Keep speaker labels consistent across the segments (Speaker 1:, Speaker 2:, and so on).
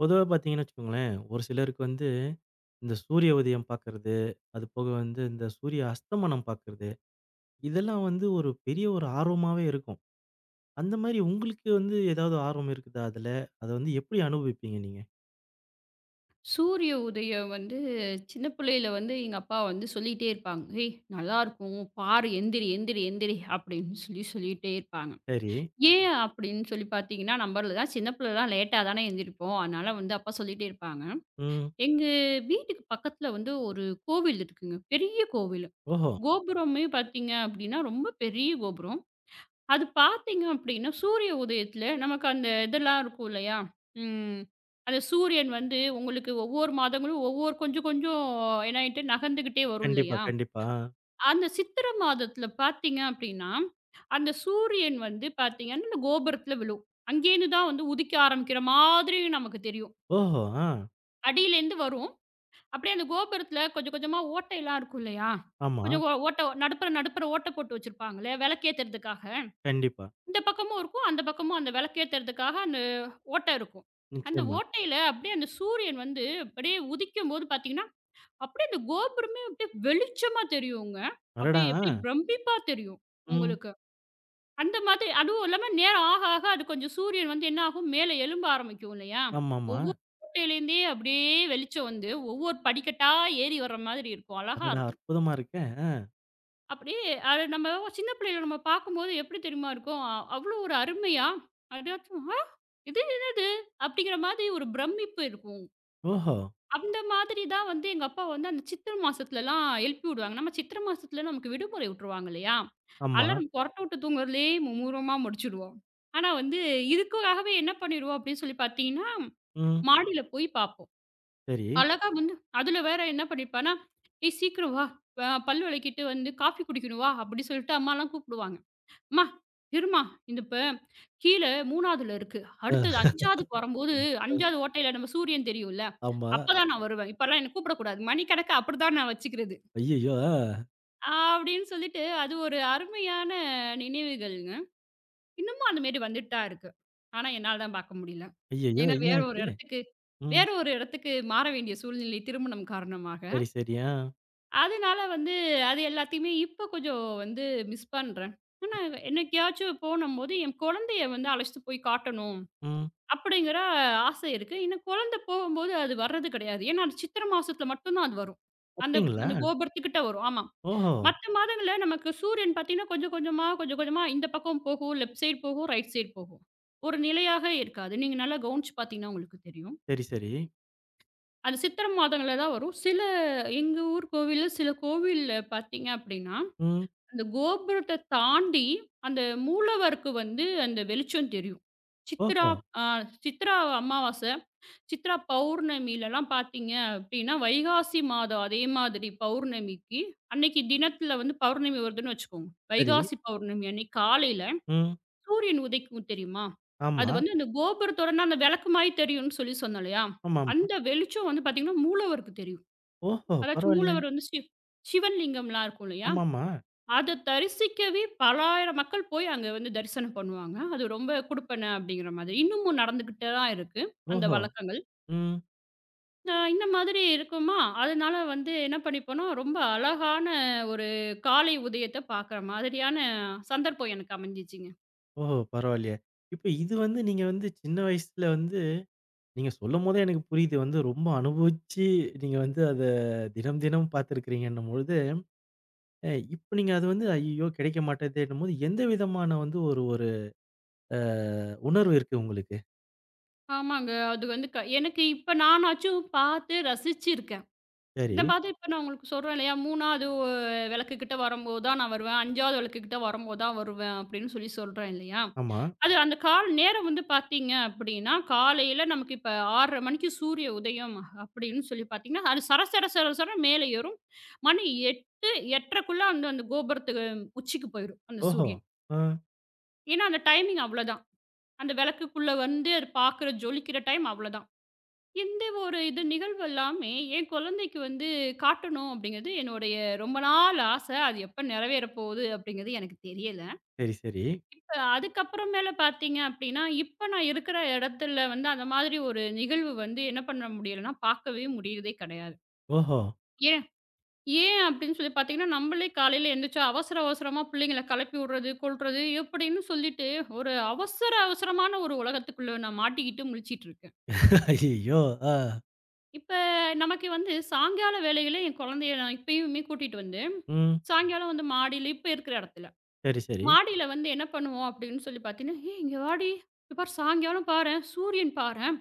Speaker 1: பொதுவா பார்த்தீங்கன்னு வச்சுக்கோங்களேன், ஒரு சிலருக்கு வந்து இந்த சூரிய உதயம் பார்க்கறது, அது போக வந்து இந்த சூரிய அஸ்தமனம் பார்க்கறது, இதெல்லாம் வந்து ஒரு பெரிய ஒரு ஆர்வமாவே இருக்கும். அந்த மாரி உங்களுக்கு வந்து ஏதாவது ஆர்வம் இருக்குதா அதுல? அத வந்து எப்படி அனுபவிப்பீங்க நீங்க?
Speaker 2: சூரிய உதயம் வந்து சின்ன பிள்ளையில வந்து எங்க அப்பா வந்து சொல்லிட்டே இருப்பாங்க. "ஏய் நல்லா இருக்கும். பாரு எந்திரி, எந்திரி, எந்திரி" அப்படின்னு சொல்லி சொல்லிட்டே இருப்பாங்க.
Speaker 1: சரி.
Speaker 2: ஏன் அப்படின்னு சொல்லி பார்த்தீங்கன்னா, நம்பளலாம் சின்ன பிள்ளைலாம் லேட்டா தானே எந்திரிப்போம். அதனால வந்து அப்பா சொல்லிட்டே இருப்பாங்க.
Speaker 1: ம்.
Speaker 2: எங்க வீட்டுக்கு பக்கத்துல வந்து ஒரு கோவில் இருக்குங்க. பெரிய கோவில்.
Speaker 1: ஓஹோ!
Speaker 2: கோபுரமே பார்த்தீங்க அப்படின்னா, ரொம்ப பெரிய கோபுரம். அது பார்த்தீங்க அப்படின்னா, சூரிய உதயத்தில நமக்கு அந்த இதெல்லாம் இருக்கும் இல்லையா? ம். அந்த சூரியன் வந்து உங்களுக்கு ஒவ்வொரு மாதங்களும் ஒவ்வொரு கொஞ்சம் கொஞ்சம் என்னாயிட்டு நகர்ந்துகிட்டே வரும்
Speaker 1: கண்டிப்பா,
Speaker 2: இல்லையா?
Speaker 1: கண்டிப்பா.
Speaker 2: அந்த சித்திர மாதத்தில பார்த்தீங்க அப்படின்னா, அந்த சூரியன் வந்து பார்த்தீங்கன்னா, அந்த கோபுரத்தில விழும். அங்கேருந்து தான் வந்து உதிக்க ஆரம்பிக்கிற மாதிரி நமக்கு தெரியும்.
Speaker 1: ஓஹோ! ஆ.
Speaker 2: அடியிலேருந்து வரும். அப்படியே அந்த கோபுரத்தில கொஞ்சம் கொஞ்சமா ஓட்டையெல்லாம் இருக்கும் இல்லையா?
Speaker 1: ஆமா.
Speaker 2: கொஞ்சம் ஓட்ட நடுப்புற நடுப்புற ஓட்ட போட்டு வச்சிருப்பாங்கல்ல, விளக்கேத்துறதுக்காக.
Speaker 1: கண்டிப்பா.
Speaker 2: இந்த பக்கமும் இருக்கும். அந்த பக்கமும் அந்த விளக்கேத்துறதுக்காக அந்த ஓட்டை இருக்கும். அந்த
Speaker 1: நிச்சயமா.
Speaker 2: ஓட்டையில அப்படியே அந்த சூரியன் வந்து அப்படியே உதிக்கும்போது பார்த்தீங்கன்னா, அப்படியே அந்த கோபுரமே அப்படியே வெளிச்சமா தெரியுங்க.
Speaker 1: அடடா!
Speaker 2: அப்படியே எப்படி பிரமிப்பா தெரியும்
Speaker 1: ம்.
Speaker 2: உங்களுக்கு. அந்த மாதிரி அதுவும் இல்லாம நேரம் ஆக ஆக அது கொஞ்சம் சூரியன் வந்து என்ன ஆகும், மேலே எழும்ப ஆரம்பிக்கும் இல்லையா?
Speaker 1: ஆமாமா.
Speaker 2: ஒவ்வொரு கோட்டையிலேருந்தே அப்படியே வெளிச்சம் வந்து ஒவ்வொரு படிக்கட்டா ஏறி வர்ற மாதிரி இருக்கும். அழகா
Speaker 1: அடடா!
Speaker 2: இருக்கும்.
Speaker 1: அற்புதமா இருக்கே!
Speaker 2: அப்படியே அத நம்ம சின்ன பிள்ளையில நம்ம பார்க்கும்போது எப்படி தெரியுமா இருக்கும்? அவ்வளோ ஒரு அருமையா, அதாச்சும் "ஆ! இது என்னது?" அப்படிங்கிற மாதிரி ஒரு பிரமிப்பு இருக்கும்.
Speaker 1: ஓஹோ!
Speaker 2: அந்த மாதிரி தான் வந்து எங்க அப்பா வந்து அந்த சித்திரை மாசத்துலலாம் எழுப்பி விடுவாங்க. நம்ம சித்திரை மாசத்துல நமக்கு விடுமுறை விட்டுருவாங்க இல்லையா?
Speaker 1: ஆமா.
Speaker 2: அதெல்லாம் நம்ம கொறட்ட விட்டு தூங்குறதுலயே மும்முரமா முடிச்சுடுவோம். ஆனா வந்து இதுக்காகவே என்ன பண்ணிருவோம் அப்படின்னு சொல்லி பார்த்தீங்கன்னா,
Speaker 1: ம்.
Speaker 2: மாடியில போய் பார்ப்போம்.
Speaker 1: சரி.
Speaker 2: அழகா வந்து அதுல வேற என்ன பண்ணியிருப்பான்னா, "ஏய் சீக்கிரம் வா! பல் வெளக்கிட்டு வந்து காஃபி குடிக்கணும் வா" அப்படி சொல்லிட்டு அம்மாலாம் கூப்பிடுவாங்க. அம்மா! இரும்மா. இந்த இப்ப கீழ 3வதுல இருக்கு. அடுத்தது
Speaker 1: அ.
Speaker 2: ம். 5வதுக்கு வரும்போது 5வது ஓட்டையில நம்ம சூரியன் தெரியும்ல.
Speaker 1: ஆமா.
Speaker 2: அப்பதான் நான் ஆமா. வருவேன். இப்பலாம் என்ன கூப்பிடக்கூடாது. மணிக்கணக்கா அப்படிதான் நான் வச்சுக்கிறது.
Speaker 1: ஐயய்யோ! ஆ.
Speaker 2: அப்படின்னு சொல்லிட்டு அது ஒரு அருமையான நினைவுகள்ங்க. இன்னமும் அந்த மாரி வந்துட்டு தான் இருக்கு. ஆனா என்னால தான் பார்க்க முடியல.
Speaker 1: ஐயய்யோ!
Speaker 2: ஏன்னா
Speaker 1: ஏன்
Speaker 2: வேற ஒரு
Speaker 1: ஆச்சு?
Speaker 2: இடத்துக்கு
Speaker 1: ம்.
Speaker 2: வேற ஒரு இடத்துக்கு மாற வேண்டிய சூழ்நிலை திருமணம் காரணமாக.
Speaker 1: சரி, சரி. ஆ.
Speaker 2: அதனால வந்து அது எல்லாத்தையுமே இப்ப கொஞ்சம் வந்து மிஸ் பண்றேன். ஆனா, என்னைக்காச்சும் போனம்போது என் குழந்தைய வந்து அழைச்சிட்டு போய் காட்டணும்
Speaker 1: ம்.
Speaker 2: அப்படிங்கிற ஆசை இருக்கு. இன்னும் குழந்தை போகும்போது அது வர்றது கிடையாது. ஏன்னா, அது சித்திர மாசத்துல மட்டும் தான் அது வரும். அந்த
Speaker 1: அப்டிங்களா?
Speaker 2: அந்த கோபுரத்துக்கிட்ட வரும். ஆமா.
Speaker 1: ஓஹோ!
Speaker 2: மத்த மாதங்கள்ல நமக்கு சூரியன் பார்த்தீங்கன்னா, கொஞ்சம் கொஞ்சமா கொஞ்சம் கொஞ்சமா இந்த பக்கம் போகும், லெஃப்ட் சைடு போகும், ரைட் சைடு போகும். ஒரு நிலையாக இருக்காது. நீங்க நல்லா கவனிச்சு பார்த்தீங்கன்னா உங்களுக்கு தெரியும்.
Speaker 1: சரி, சரி.
Speaker 2: அது சித்திரை மாதங்கள்ல தான் வரும். சில எங்க ஊர் கோவில்ல சில கோவில்ல பார்த்தீங்க அப்படின்னா
Speaker 1: ம்.
Speaker 2: அந்த கோபுரத்த தாண்டி, அந்த மூலவருக்கு வந்து அந்த வெளிச்சம் தெரியும். சித்ரா
Speaker 1: ஓஹோ!
Speaker 2: அ சித்ரா அமாவாசை, சித்ரா பௌர்ணமிலலாம் பார்த்தீங்க அப்டின்னா, வைகாசி மாதம் அதே மாதிரி பௌர்ணமிக்கு, அன்னைக்கு தினத்தில வந்து பௌர்ணமி வருதுன்னு வச்சுக்கோங்க.
Speaker 1: சரி.
Speaker 2: வைகாசி பௌர்ணமி அன்னைக்கு காலையில
Speaker 1: ம்.
Speaker 2: சூரியன் உதைக்கும் தெரியுமா? அது
Speaker 1: ஆமா.
Speaker 2: வந்து அந்த கோபுரத்தோடனா அந்த விளக்கு மாரி தெரியும்னு சொல்லி சொன்னேன் இல்லையா?
Speaker 1: ஆமாமா.
Speaker 2: அந்த வெளிச்சம் வந்து பார்த்தீங்கன்னா, மூலவருக்கு தெரியும்.
Speaker 1: ஓஹோ!
Speaker 2: அதாச்சும்
Speaker 1: பரவாயில்லையே!
Speaker 2: மூலவர் வந்து சிவன் லிங்கம்லாம் இருக்கும் இல்லையா?
Speaker 1: ஆமாமா.
Speaker 2: அத தரிசிக்கவே பலாயிரம் மக்கள் போய் அங்க வந்து தரிசனம் பண்ணுவாங்க. அது ரொம்ப குடுப்பன அப்படிங்கிற மாதிரி. இன்னமும் நடந்துகிட்டு தான் இருக்கு, அந்த
Speaker 1: ஓஹோ!
Speaker 2: வழக்கங்கள்.
Speaker 1: ம்.
Speaker 2: இந்த மாதிரி இருக்குமா, அதனால வந்து என்ன பண்ணிப்போனா, ரொம்ப அழகான ஒரு காலை உதயத்த பார்க்குற மாதிரியான சந்தர்ப்பம் எனக்கு அமைஞ்சிச்சுங்க.
Speaker 1: ஓஹோ! பரவாயில்லையே! இப்ப இது வந்து நீங்க வந்து சின்ன வயசுல வந்து நீங்க சொல்லும்போதே எனக்கு புரியுது வந்து ரொம்ப அனுபவிச்சு நீங்க வந்து அத தினம் தினம் பார்த்துருக்கிறீங்கன்னும் பொழுது, அ இப்ப நீங்க அது வந்து ஐய்யயோ! கிடைக்க மாட்டதேன்னும்போது எந்த விதமான வந்து ஒரு ஒரு அ உணர்வு இருக்கு உங்களுக்கு?
Speaker 2: ஆமாங்க. அது வந்து எனக்கு இப்ப நானாச்சும் பார்த்து ரசிச்சிருக்கேன்.
Speaker 1: சரி.
Speaker 2: இந்த மாதிரி இப்ப நான் உங்களுக்கு சொல்றேன் இல்லையா, 3வது விளக்கு கிட்ட வரும்போது தான் நான் வருவேன், 5வது விளக்கு கிட்ட வரும்போது தான் வருவேன் அப்படின்னு சொல்லி சொல்றேன் இல்லையா?
Speaker 1: ஆமா.
Speaker 2: அது அந்த கால நேரம் வந்து பார்த்தீங்க அப்படின்னா, காலையில நமக்கு இப்ப 6:30 மணிக்கு சூரிய உதயம் அப்படின்னு சொல்லி பார்த்தீங்கன்னா, அது சர சர சர சரன்னு மேலே ஏறும். மணி 8, 8:30க்குள்ள அந்த அந்த கோபுரத்துக்கு உச்சிக்கு போயிரும் அந்த
Speaker 1: ஓஹோ!
Speaker 2: சூரியன்.
Speaker 1: ஆ.
Speaker 2: ஏன்னா, அந்த டைமிங் அவ்வளோதான். அந்த விளக்குக்குள்ள வந்து அது பார்க்குற ஜொலிக்கிற டைம் அவ்வளோதான். இந்த ஒரு இது நிகழ்வு எல்லாமே என் குழந்தைக்கு வந்து காட்டணும் அப்படிங்கிறது என்னுடைய ரொம்ப நாள் ஆசை. அது எப்ப நிறைவேற போகுது அப்படிங்கிறது எனக்கு தெரியல.
Speaker 1: சரி, சரி.
Speaker 2: இப்ப அதுக்கப்புறமேல பார்த்தீங்க அப்டின்னா, இப்ப நான் இருக்கிற இடத்துல வந்து அந்த மாதிரி ஒரு நிகழ்வு வந்து என்ன பண்ண முடியலன்னா, பார்க்கவே முடியுறதே கிடையாது.
Speaker 1: ஓஹோ!
Speaker 2: ஏன் ஏன் அப்டின்னு சொல்லி பார்த்தீங்கன்னா, நம்மளே காலையில எந்திரிச்சு அவசர அவசரமா பிள்ளைங்கள கிளப்பி விடுறது, கொல்றது எப்டின்னு சொல்லிட்டு ஒரு அவசர அவசரமான ஒரு உலகத்துக்குள்ள நான் மாட்டிக்கிட்டு முழிச்சிட்டு இருக்கேன்.
Speaker 1: ஐயய்யோ! ஆ.
Speaker 2: இப்ப நமக்கு வந்து சாயங்கால வேளையில என் குழந்தைய நான் இப்பயுமே கூட்டிட்டு வந்து,
Speaker 1: ம்.
Speaker 2: சாயங்காலம் வந்து மாடியில இப்ப இருக்கிற இடத்துல
Speaker 1: சரி, சரி.
Speaker 2: மாடியில வந்து என்ன பண்ணுவோம் அப்படின்னு சொல்லி பார்த்தீங்கன்னா, "ஏய் இங்க வாடி! இங்க பாரு சாயங்காலம் பாரேன், சூரியன் பாரேன்,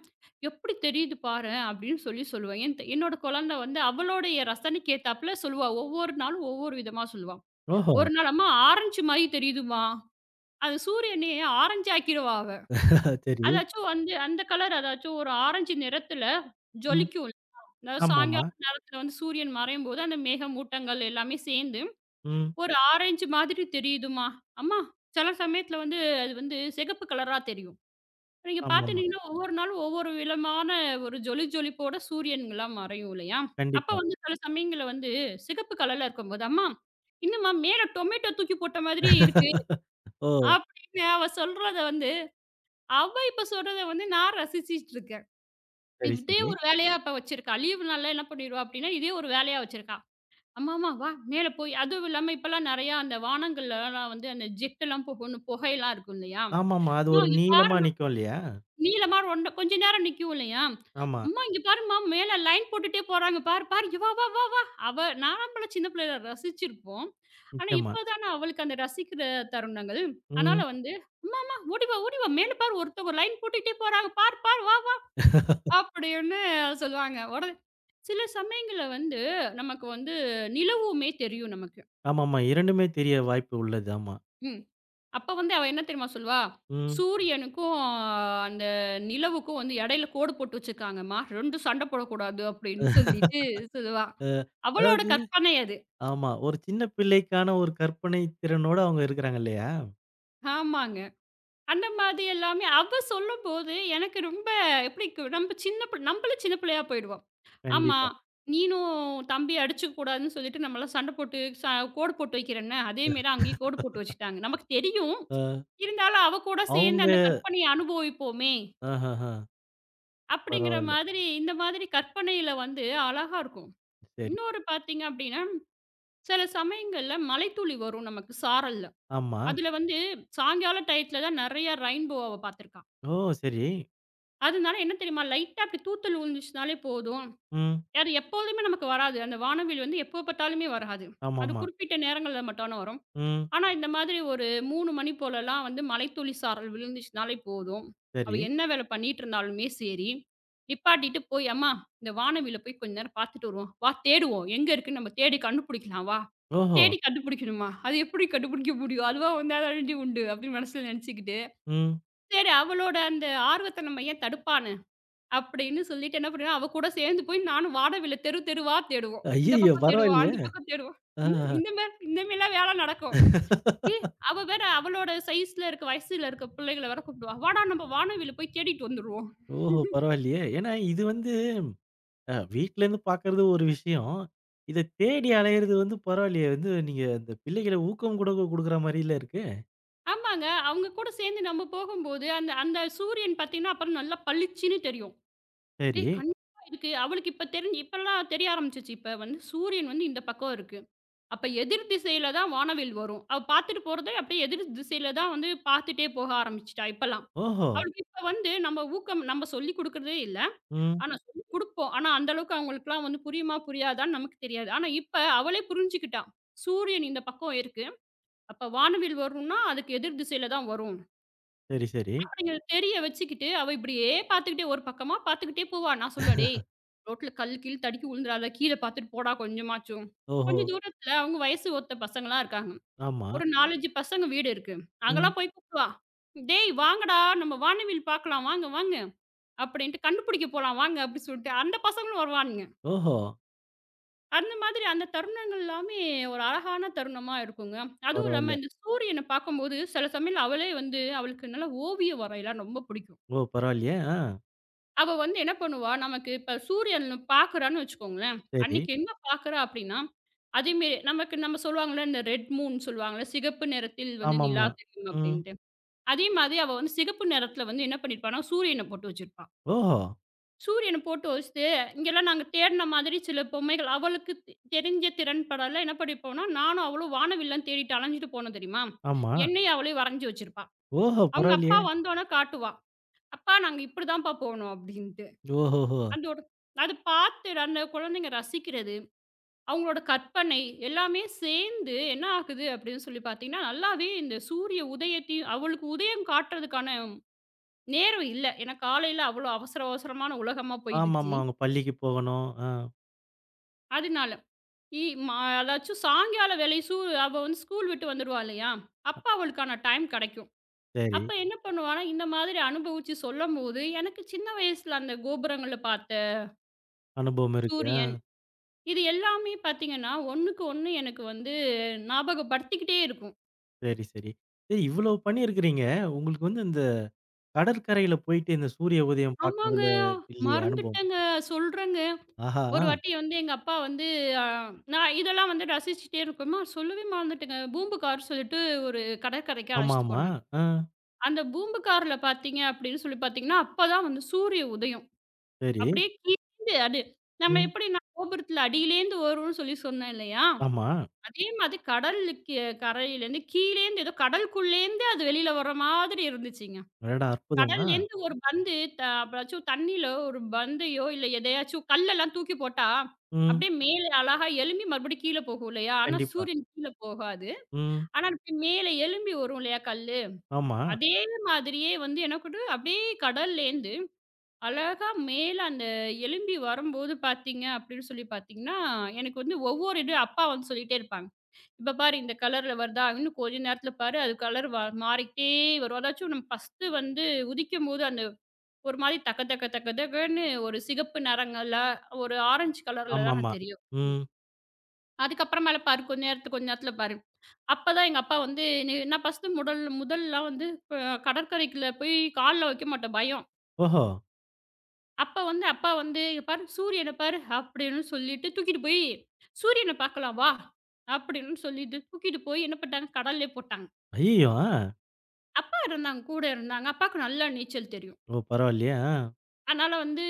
Speaker 2: எப்படி தெரியுது பாரேன்" அப்படின்னு சொல்லி சொல்லுவேன். என்னோட குழந்தை வந்து அவளுடைய ரசனைக்கு ஏத்தாப்புல சொல்லுவா. ஒவ்வொரு நாளும் ஒவ்வொரு விதமா சொல்லுவா.
Speaker 1: ஓஹோ!
Speaker 2: ஒரு நாள், "அம்மா ஆரஞ்சு மாரி தெரியுதும்மா." அது சூரியனையே ஆரஞ்சு ஆக்கிருவா அவ.
Speaker 1: சரி.
Speaker 2: அதாச்சும் வந்து அந்த கலர் அதாச்சும் ஒரு ஆரஞ்சு நிறத்துல
Speaker 1: ம்.
Speaker 2: ஜொலிக்கும். அதாவது
Speaker 1: ஆமாமா.
Speaker 2: சாயங்காலத்துல வந்து சூரியன் மறையும்போது அந்த மேகமூட்டங்கள் எல்லாமே சேர்ந்து
Speaker 1: ம்.
Speaker 2: ஒரு ஆரஞ்சு மாதிரி தெரியுதும்மா. அம்மா சில சமயத்தில வந்து அது வந்து சிகப்பு கலரா தெரியும். நீங்க
Speaker 1: ஆமாமா.
Speaker 2: பார்த்துட்டீங்கன்னா, ஒவ்வொரு நாளும் ஒவ்வொரு விதமான ஒரு ஜொலி ஜொலிப்போட சூரியன்கள்லாம் மறையும் இல்லையா? அப்ப
Speaker 1: கண்டிப்பா.
Speaker 2: வந்து சில சமயங்கள்ல வந்து சிகப்பு கலர்ல இருக்கும்போது, "அம்மா என்னம்மா மேல டொமேட்டோ தூக்கி போட்ட மாதிரி இருக்கு."
Speaker 1: ஓ!
Speaker 2: அப்படின்னு அவ சொல்றத வந்து அவ இப்ப சொல்றத வந்து நான் ரசிச்சுட்டு இருக்கேன்.
Speaker 1: சரி,
Speaker 2: இதே
Speaker 1: சரி.
Speaker 2: ஒரு வேலையா இப்ப வச்சிருக்கா. லீவு நாள்ல என்ன பண்ணிருவா அப்படின்னா, இதே ஒரு வேலையா வச்சிருக்கா. ஆமாமா. வா மேல போய் அதுவும் இல்லாம இப்பலாம் நெறையா அந்த வானங்கள்லலாம் வந்து அந்த ஜெட்டெல்லாம் போகுன்னு புகையெல்லாம் இருக்கும் இல்லையா?
Speaker 1: ஆமாமா. அது
Speaker 2: "அம்மா
Speaker 1: ஒரு
Speaker 2: இங்க பாரு
Speaker 1: நீளமா நிக்கும் இல்லையா?
Speaker 2: நீளமா ஒண்ணு கொஞ்ச நேரம் நிக்கும் இல்லையா?
Speaker 1: ஆமா.
Speaker 2: அம்மா இங்க பாரும்மா மேல லைன் போட்டுட்டே போறாங்க பாரு, பாரு. இங்க வா, வா, வா, வா." அவ நாமலாம் சின்ன பிள்ளையில ரசிச்சிருப்போம். ஆனா
Speaker 1: நிச்சயமா.
Speaker 2: இப்ப தானே அவளுக்கு அந்த ரசிக்கிற தருணங்கள். அதனால
Speaker 1: ம்.
Speaker 2: வந்து, "அம்மா, அம்மா ஓடி வா, ஓடி வா. மேல பாரு ஒருத்தவங்க லைன் போட்டுட்டே போறாங்க. பாரு, பாரு. வா, வா." அப்படின்னு சொல்லுவாங்க. உடனே சில சமயங்கள்ல வந்து நமக்கு வந்து நிலவுமே தெரியும் நமக்கு.
Speaker 1: ஆமாமா. 2மே தெரிய வாய்ப்பு உள்ளது. ஆமா.
Speaker 2: ம். அப்ப வந்து அவ என்ன தெரியுமா சொல்லுவா?
Speaker 1: ம்.
Speaker 2: "சூரியனுக்கும் அந்த நிலவுக்கும் வந்து இடையில கோடு போட்டு வச்சிருக்காங்கம்மா. 2ம் சண்டை போடக்கூடாது." அப்படின்னு சொல்லிட்டு சொல்லுவா.
Speaker 1: அ
Speaker 2: அவளோட
Speaker 1: அதாவது
Speaker 2: கற்பனை அது.
Speaker 1: ஆமா. ஒரு சின்ன பிள்ளைக்கான ஒரு கற்பனை திறனோட அவங்க இருக்கிறாங்க இல்லையா?
Speaker 2: ஆமாங்க. அந்த மாதிரி எல்லாமே அவ சொல்லும்போது எனக்கு ரொம்ப எப்படி கு நம்ம சின்ன பிள் நம்மளும் சின்ன பிள்ளையா போயிடுவோம். ஆமா,
Speaker 1: கண்டிப்பா.
Speaker 2: நீனும் தம்பிய அடிச்சுக்க கூடாதுன்னு சொல்லிட்டு நம்மலாம் சண்டை போட்டு கோடு போட்டு வைக்கிறேன்ன, அதே மாரி அங்கேயும் கோடு போட்டு வச்சுட்டாங்க. நமக்கு தெரியும்.
Speaker 1: அ
Speaker 2: இருந்தாலும் அவ கூட சேர்ந்து
Speaker 1: அவங்க
Speaker 2: அந்த கற்பனைய அனுபவிப்போமே!
Speaker 1: ஆஹஹ.
Speaker 2: அப்படிங்கிற
Speaker 1: பரவால்ல.
Speaker 2: மாதிரி இந்த மாதிரி கற்பனையில வந்து அழகா இருக்கும்.
Speaker 1: சரி.
Speaker 2: இன்னொரு பார்த்தீங்க அப்படின்னா, சில சமயங்கள்ல மழைத்துளி வரும் நமக்கு சாரல்ல.
Speaker 1: ஆமா.
Speaker 2: அதுல வந்து சாயங்கால டயத்துல தான் நெறைய ரெயின்போவ பார்த்துருக்கான்.
Speaker 1: ஓ! சரி.
Speaker 2: அதனால என்ன தெரியுமா? லைட்டா அப்படி தூத்தல் விழுந்துச்சுனாலே போதும்.
Speaker 1: ம்.
Speaker 2: அது எப்பொழுதுமே நமக்கு வராது. அந்த வானவில் வந்து எப்போ பார்த்தாலுமே வராது. அது
Speaker 1: ஆமாமா.
Speaker 2: குறிப்பிட்ட நேரங்கள்ல மட்டும் தான வரும்.
Speaker 1: ம்.
Speaker 2: ஆனா, இந்த மாதிரி ஒரு 3 மணி போலலாம் வந்து மழைத்துளி சாரல் விழுந்துச்சுனாலே போதும். அவ
Speaker 1: சரி.
Speaker 2: என்ன வேலை பண்ணிட்டு இருந்தாலுமே சரி, நிப்பாட்டிட்டு போய், "அம்மா இந்த வானவில்ல போய் கொஞ்ச நேரம் பார்த்துட்டு வருவோம். வா தேடுவோம். எங்க இருக்குன்னு நம்ம தேடி கண்டுபிடிக்கலாம் வா."
Speaker 1: ஓஹோ!
Speaker 2: தேடி கண்டுபிடிக்கணுமா? அது எப்படி கண்டுபிடிக்க முடியும்? அதுவா வந்தாதானடி உண்டு அப்படின்னு மனசுல நெனச்சுக்கிட்டு,
Speaker 1: ம்.
Speaker 2: சரி அவளோட அந்த ஆர்வத்த நம்ம ஏன் தடுப்பான்னு, அப்படின்னு சொல்லிட்டு என்ன பண்ணுவேன், அவ கூட சேர்ந்து போய் நானும் வானவில்ல தெரு தெருவா தேடுவோம். இந்த
Speaker 1: ஐய்யய்யோ!
Speaker 2: பக்கம் தேடுவோம்,
Speaker 1: பரவாயில்லையே!
Speaker 2: அந்த பக்கம் தேடுவோம். ம்.
Speaker 1: ஆஹஹ.
Speaker 2: இந்த மாரி இந்த மாரிலாம் வேலை நடக்கும். ஏ! அவ வேற அவளோட சைஸ்ல இருக்க, வயசுல இருக்க பிள்ளைகள வேற கூப்பிடுவா. "வாடா நம்ம வானவில போய் தேடிட்டு வந்துருவோம்."
Speaker 1: ஓஹோ! பரவாயில்லையே! ஏன்னா இது வந்து வீட்லருந்து பார்க்கறது ஒரு விஷயம். இத தேடி அலையறது வந்து பரவாயில்லையே! வந்து நீங்க அந்த பிள்ளைகள ஊக்கம் கூட குடுக்குற மாரில்ல இருக்கு.
Speaker 2: ஆமாங்க. அவங்க கூட சேர்ந்து நம்ம போகும்போது, அந்த அந்த சூரியன் பார்த்தீங்கன்னா, அப்புறம் நல்லா பளிச்சுன்னு தெரியும். ஏய்!
Speaker 1: சரி.
Speaker 2: கண்டிப்பா இதுக்கு அவளுக்கு இப்ப தெரிஞ்சு இப்பல்லாம் தெரிய ஆரம்பிச்சுச்சு. இப்ப வந்து சூரியன் வந்து இந்த பக்கம் இருக்கு. அப்ப எதிர் திசையில தான் வானவில் வரும். அவ பார்த்துட்டு போறத அப்படியே எதிர் திசையில தான் வந்து பார்த்துட்டே போக ஆரம்பிச்சுட்டா இப்பல்லாம்.
Speaker 1: ஓஹோ!
Speaker 2: அவளுக்கு இப்ப வந்து நம்ம ஊக்கம் நம்ம சொல்லிக் குடுக்குறதே இல்ல.
Speaker 1: ம்.
Speaker 2: ஆனா சொல்லிக் குடுப்போம். ஆனா அந்த அளவுக்கு அவங்களுக்குலாம் வந்து புரியுமா? புரியாதான்னு நமக்கு தெரியாது. ஆனா இப்ப அவளே புரிஞ்சுக்கிட்டா. சூரியன் இந்த பக்கம் இருக்கு. அப்ப வானவில் வரும்னா, அதுக்கு எதிர் திசையில தான் வரும்.
Speaker 1: சரி, சரி.
Speaker 2: அப்படிங்கிறத தெரிய வச்சுக்கிட்டு, அவ இப்படியே பார்த்துக்கிட்டே ஒரு பக்கமா பார்த்துக்கிட்டே போவா. நான் சொல்லுவேன், "டேய்! ரோட்ல கல் கில் தடுக்கி விழுந்துறாத. கீழ பார்த்துட்டு போடா கொஞ்சமாச்சும்."
Speaker 1: ஓஹோ!
Speaker 2: கொஞ்சம் தூரத்துல அவங்க வயசு ஒத்த பசங்கலாம் இருக்காங்க.
Speaker 1: ஆமா.
Speaker 2: ஒரு 4, 5 பசங்க வீடு இருக்கு.
Speaker 1: ம்.
Speaker 2: அங்கலாம் போய் கூப்பிடுவா. "டேய்! வாங்கடா! நம்ம வானவில் பார்க்கலாம். வாங்க, வாங்க. அப்படின்ட்டு கண்டுபிடிக்க போலாம் வாங்க." அப்படி சொல்லிட்டு அந்த பசங்களும் வருவானுங்க.
Speaker 1: ஓஹோ!
Speaker 2: அந்த மாதிரி அந்த தருணங்கள் எல்லாமே ஒரு அழகான தருணமா இருக்குங்க. அதுவும்
Speaker 1: பரவால்ல.
Speaker 2: இல்லாம இந்த சூரியன பார்க்கும்போது சில சமயம் அவளே வந்து அவளுக்கு நல்லா ஓவிய வரையலாம் ரொம்ப பிடிக்கும்.
Speaker 1: ஓ! பரவாயில்லையே! ஆ.
Speaker 2: அவ வந்து என்ன பண்ணுவா, நமக்கு இப்ப சூரியன் பார்க்குறான்னு வச்சுக்கோங்களேன்,
Speaker 1: சரி.
Speaker 2: அன்னைக்கு என்ன பார்க்குறா அப்படின்னா, அதேமாரி நமக்கு நம்ம சொல்லுவாங்கல்ல, இந்த ரெட் மூன் சொல்லுவாங்கல்ல, சிகப்பு நிறத்தில் வந்து நிலா
Speaker 1: ஆமாமா.
Speaker 2: தெரியும்
Speaker 1: ம்.
Speaker 2: அப்படின்ட்டு. அதே மாதிரி அவ வந்து சிகப்பு நிறத்தில வந்து என்ன பண்ணியிருப்பான்னா, சூரியன போட்டு வச்சிருப்பா.
Speaker 1: ஓஹோ!
Speaker 2: சூரியன போட்டு வச்சுட்டு, இங்கெல்லாம் நாங்க தேடுன மாதிரி சில பொம்மைகள் அவளுக்கு தெரிஞ்ச திறன் படல என்ன பண்ணியிருப்போம்னா, நானும் அவளும் வானவில்லம் தேடிட்டு அலைஞ்சுட்டு போனோம் தெரியுமா?
Speaker 1: ஆமா.
Speaker 2: என்னையும் அவளையும் வரைஞ்சு வச்சிருப்பா.
Speaker 1: ஓஹோ!
Speaker 2: அவங்க
Speaker 1: பரவாயில்லையே!
Speaker 2: அப்பா வந்தோனே காட்டுவா. "அப்பா நாங்க இப்படிதான்ப்பா போனோம்" அப்படின்ட்டு.
Speaker 1: ஓஹோஹோ!
Speaker 2: அதோட அது பார்த்து அந்த குழந்தைங்க ரசிக்கிறது, அவங்களோட கற்பனை எல்லாமே சேர்ந்து என்ன ஆகுது அப்படின்னு சொல்லி பார்த்தீங்கன்னா, நல்லாவே இந்த சூரிய உதயத்தையும் அவளுக்கு உதயம் காட்டுறதுக்கான நேரம் இல்ல. ஏன்னா காலையில அவ்வளோ அவசர அவசரமான உலகமா போயிடுச்சு.
Speaker 1: ஆமாமா. அவங்க பள்ளிக்கு போகணும். ஆ.
Speaker 2: அதனால. இ மா அதாச்சும் சாயங்கால வேலை அவ வந்து ஸ்கூல் விட்டு வந்துடுவா இல்லையா? அப்ப அவளுக்கான டைம் கிடைக்கும்.
Speaker 1: சரி.
Speaker 2: அப்ப என்ன பண்ணுவான்னா, இந்த மாதிரி அனுபவிச்சு சொல்லும்போது, எனக்கு சின்ன வயசுல அந்த கோபுரங்கள்ல பார்த்த
Speaker 1: அனுபவம் இருக்கு. ஆ.
Speaker 2: சூரியன், இது எல்லாமே பார்த்தீங்கன்னா, ஒண்ணுக்கு ஒண்ணு எனக்கு வந்து ஞாபகப்படுத்திக்கிட்டே இருக்கும்.
Speaker 1: சரி, சரி. சரி இவ்வளவு பண்ணியிருக்கிறீங்க. உங்களுக்கு வந்து இந்த கடற்கரையில போயிட்டு இந்த சூரிய உதயம்
Speaker 2: ஆமாங்க.
Speaker 1: பார்க்கறதுல இல்லையே அனுபவம்?
Speaker 2: மறந்துட்டேங்க, சொல்றேங்க.
Speaker 1: ஆஹா!
Speaker 2: ஒரு வாட்டி வந்து எங்க அப்பா வந்து அ நான் இதெல்லாம் வந்து ரசிச்சுட்டே இருக்கோமா, சொல்லவே மறந்துட்டேங்க. பூம்புகார் சொல்லிட்டு ஒரு கடற்கரைக்கு அழைச்சிட்டு
Speaker 1: ஆமாமா.
Speaker 2: போனாரு.
Speaker 1: ஆ.
Speaker 2: அந்த பூம்பு கார்ல பார்த்தீங்க அப்படின்னு சொல்லி பார்த்தீங்கன்னா, அப்பதான் வந்து சூரிய உதயம்.
Speaker 1: சரி.
Speaker 2: அப்படியே கீழேந்து அது நம்ம
Speaker 1: ம்.
Speaker 2: எப்படி நான் கோபுரத்துல அடியிலேருந்து வரும்ன்னு சொல்லி சொன்னேன் இல்லையா?
Speaker 1: ஆமா.
Speaker 2: அதே மாதிரி கடலுக்கு கரையிலேருந்து கீழேந்து ஏதோ கடலுக்குள்ளேந்து அது வெளியில வர மாதிரி இருந்துச்சுங்க.
Speaker 1: அடடா! அற்புதம். ஆ.
Speaker 2: கடல்லேருந்து ஒரு பந்து த அப்பதாச்சும் தண்ணீல ஒரு பந்தையோ, இல்ல எதையாச்சும் கல்லெல்லாம் தூக்கி போட்டா,
Speaker 1: ம்.
Speaker 2: அப்படியே மேலே அழகா எழும்பி மறுபடியும் கீழ போகும் இல்லையா? ஆனா
Speaker 1: கண்டிப்பா.
Speaker 2: சூரியன் கீழ போகாது.
Speaker 1: ம்.
Speaker 2: ஆனா அப்படியே மேல எழும்பி வரும் இல்லையா கல்லு?
Speaker 1: ஆமா.
Speaker 2: அதே மாதிரியே வந்து என்ன கூடு அப்படியே கடல்லேருந்து அழகா மேல அந்த எலும்பி வரும்போது பார்த்தீங்க அப்படின்னு சொல்லி பார்த்தீங்கன்னா, எனக்கு வந்து ஒவ்வொரு இது அப்பா வந்து சொல்லிட்டே இருப்பாங்க. "இப்ப பாரு இந்த கலர்ல வருதா, இன்னும் கொஞ்ச நேரத்தில பாரு அது கலர் மாறிக்கிட்டே வரும்." அதாச்சும் நம்ம ஃபர்ஸ்ட்டு வந்து உதிக்கும்போது அந்த ஒரு மாரி தக்க தக்க தக்க தக்கன்னு ஒரு சிகப்பு நிறங்கள்ல, ஒரு ஆரஞ்சு கலர்ல தான
Speaker 1: ஆமாமா.
Speaker 2: தெரியும்.
Speaker 1: ம்.
Speaker 2: அதுக்கப்புறம் மேல பாரு, கொஞ்ச நேரத்துக்கு கொஞ்ச நேரத்துல பாரு. அப்பதான் எங்க அப்பா வந்து, "நீ நான் ஃபர்ஸ்ட்டு முதல் முதல்லாம் வந்து ப கடற்கரைக்குள்ள போய் கால்ல வைக்க மாட்டேன், பயம்."
Speaker 1: ஓஹோ!
Speaker 2: அப்ப வந்து அப்பா வந்து, "இங்க பாரு, சூரியன பாரு" அப்படின்னு சொல்லிட்டு தூக்கிட்டு போய், "சூரியன பார்க்கலாம் வா" அப்படின்னு சொல்லிட்டு தூக்கிட்டு போய் என்ன பண்ணிட்டாங்க, கடல்லே போட்டாங்க.
Speaker 1: ஐயய்யோ! ஆ.
Speaker 2: அப்பா இருந்தாங்க, கூட இருந்தாங்க. அப்பாவுக்கு நல்லா நீச்சல் தெரியும்.
Speaker 1: ஓ! பரவாயில்லையே! ஆ.
Speaker 2: அதனால வந்து,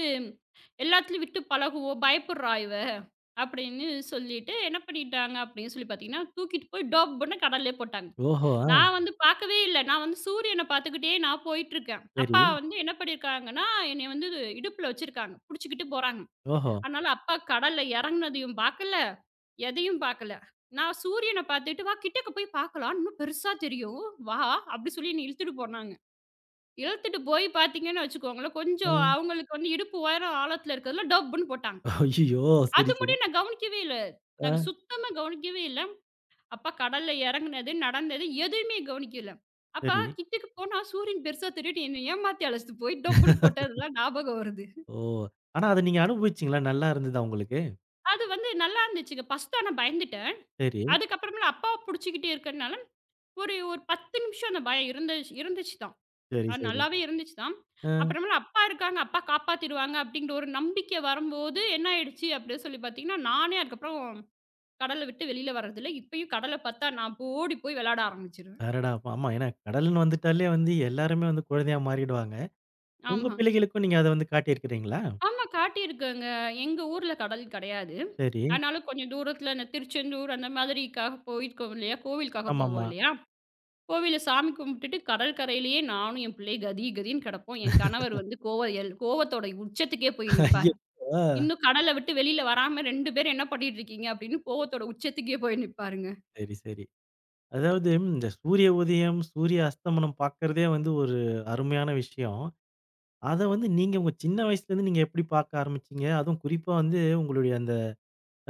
Speaker 2: "எல்லாத்துலயும் விட்டு பழகுவோ, பயப்படுறா இவ" அப்படின்னு சொல்லிட்டு என்ன பண்ணிட்டாங்க அப்படின்னு சொல்லி பார்த்தீங்கன்னா, தூக்கிட்டு போய் டோப்புன்னு கடல்லே போட்டாங்க.
Speaker 1: ஓஹோ! ஆ.
Speaker 2: நான் வந்து பார்க்கவே இல்ல. நான் வந்து சூரியன பார்த்துக்கிட்டே நான் போயிட்டுருக்கேன்.
Speaker 1: சரி.
Speaker 2: அப்பா வந்து என்ன பண்ணியிருக்காங்கன்னா, என்னைய வந்து இடுப்புல வச்சிருக்காங்க. புடிச்சுக்கிட்டு போறாங்க.
Speaker 1: ஓஹோ!
Speaker 2: அதனால அப்பா கடல்ல இறங்குனதையும் பார்க்கல, எதையும் பார்க்கல. நான் சூரியன பார்த்துட்டு, "வா கிட்டக்க போய் பார்க்கலாம். இன்னும் பெருசா தெரியும். வா" அப்படி சொல்லி என்னைய இழுத்துட்டு போனாங்க. இழுத்துட்டு போய் பார்த்தீங்கன்னு வச்சுக்கோங்களேன், கொஞ்சம்
Speaker 1: ம்.
Speaker 2: அவங்களுக்கு வந்து இடுப்பு உயரம் ஆழத்துல இருக்கிறதுல டப்புன்னு போட்டாங்க.
Speaker 1: ஐயய்யோ! சரி,
Speaker 2: அது
Speaker 1: சரி.
Speaker 2: முடியும் நான் கவனிக்கவே இல்ல.
Speaker 1: ஆ.
Speaker 2: நான் சுத்தமா கவனிக்கவே இல்ல. அப்பா கடல்ல இறங்குனது, நடந்தது எதுவுமே கவனிக்கல. அப்பா
Speaker 1: சரி.
Speaker 2: கிட்டக்க போனா சூரியன் பெருசா திருட்டு என்ன ஏமாத்தி அழைச்சிட்டு போய் டொப்புன்னு போட்டதெல்லாம் ஞாபகம் வருது.
Speaker 1: ஓ! ஆனா அத நீங்க அனுபவிச்சீங்களா? நல்லா இருந்ததா உங்களுக்கு?
Speaker 2: அது வந்து நல்லா இருந்துச்சுங்க. ஃபர்ஸ்ட் ஆனா பயந்துட்டேன்.
Speaker 1: சரி.
Speaker 2: அதுக்கப்புறமேல அப்பாவ புடிச்சுக்கிட்டே இருக்கறனால, ஒரு ஒரு 10 நிமிஷம் அந்த பயம் இருந்துச்சு இருந்துச்சு தான்.
Speaker 1: சரி,
Speaker 2: அது
Speaker 1: சரி.
Speaker 2: நல்லாவே இருந்துச்சு தான்.
Speaker 1: ஆ.
Speaker 2: அப்புறமேல அப்பா இருக்காங்க, அப்பா காப்பாத்திருவாங்க அப்படிங்கிற ஒரு நம்பிக்கை வரும்போது என்ன ஆயிடுச்சு அப்படின்னு சொல்லி பார்த்தீங்கன்னா, நானே அதுக்கப்புறம் கடல விட்டு வெளியில வர்றதில்ல. இப்பயும் கடல பார்த்தா நான் ஓடி போய் விளையாட ஆரம்பிச்சுருவேன்.
Speaker 1: அடடா! அப்ப ஆமா. ஏன்னா கடல்ன்னு வந்துட்டாலே வந்து எல்லாருமே வந்து குழந்தையா மாறிடுவாங்க. உங்க
Speaker 2: ஆமா.
Speaker 1: பிள்ளைகளுக்கும் நீங்க அத வந்து காட்டியிருக்கிறீங்களா?
Speaker 2: ஆமா காட்டியிருக்கேங்க. எங்க ஊர்ல கடல் கிடையாது.
Speaker 1: சரி.
Speaker 2: ஆனாலும் கொஞ்சம் தூரத்தில இந்த திருச்செந்தூர் அந்த மாதிரிக்காக போயிருக்கோம் இல்லையா? கோவிலுக்காக போவோம்
Speaker 1: ஆமாமா.
Speaker 2: இல்லையா? கோவில்ல சாமி கும்பிட்டுட்டு கடற்கரையிலேயே நானும் என் பிள்ளை கதி கதின்னு கிடப்போம். என் கணவர் வந்து கோவத்தோட உச்சத்துக்கே போய்
Speaker 1: ஐயோ!
Speaker 2: நிப்பாரு.
Speaker 1: ஆ.
Speaker 2: "இன்னும் கடல விட்டு வெளியில வராம 2 பேரும் என்ன பண்ணிட்டு இருக்கீங்க?" அப்படின்னு கோவத்தோட உச்சத்துக்கே போய் நிப்பாருங்க.
Speaker 1: சரி, சரி. அதாவது இந்த சூரிய உதயம், சூரிய அஸ்தமனம் பார்க்கறதே வந்து ஒரு அருமையான விஷயம். அத வந்து நீங்க உங்க சின்ன வயசுலேருந்து நீங்க எப்படி பார்க்க ஆரம்பிச்சீங்க? அதுவும் குறிப்பா வந்து உங்களுடைய அந்த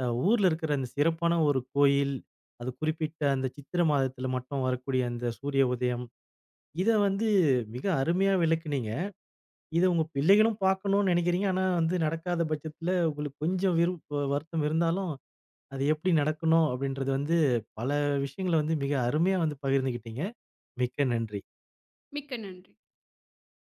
Speaker 1: ஊர்ல இருக்கிற அந்த சிறப்பான ஒரு கோயில், அது குறிப்பிட்ட அந்த சித்திரை மாதத்தில மட்டும் வரக்கூடிய அந்த சூரிய உதயம், இத வந்து மிக அருமையா விளக்குனீங்க. இத உங்க பிள்ளைகளும் பார்க்கணும்னு நினைக்கிறீங்க. ஆனா வந்து நடக்காத பட்சத்துல உங்களுக்கு கொஞ்சம் வருத்தம் இருந்தாலும், அது எப்படி நடக்கணும் அப்படின்றது வந்து பல விஷயங்கள வந்து மிக அருமையா வந்து பகிர்ந்துகிட்டீங்க. மிக்க நன்றி.
Speaker 2: மிக்க நன்றி.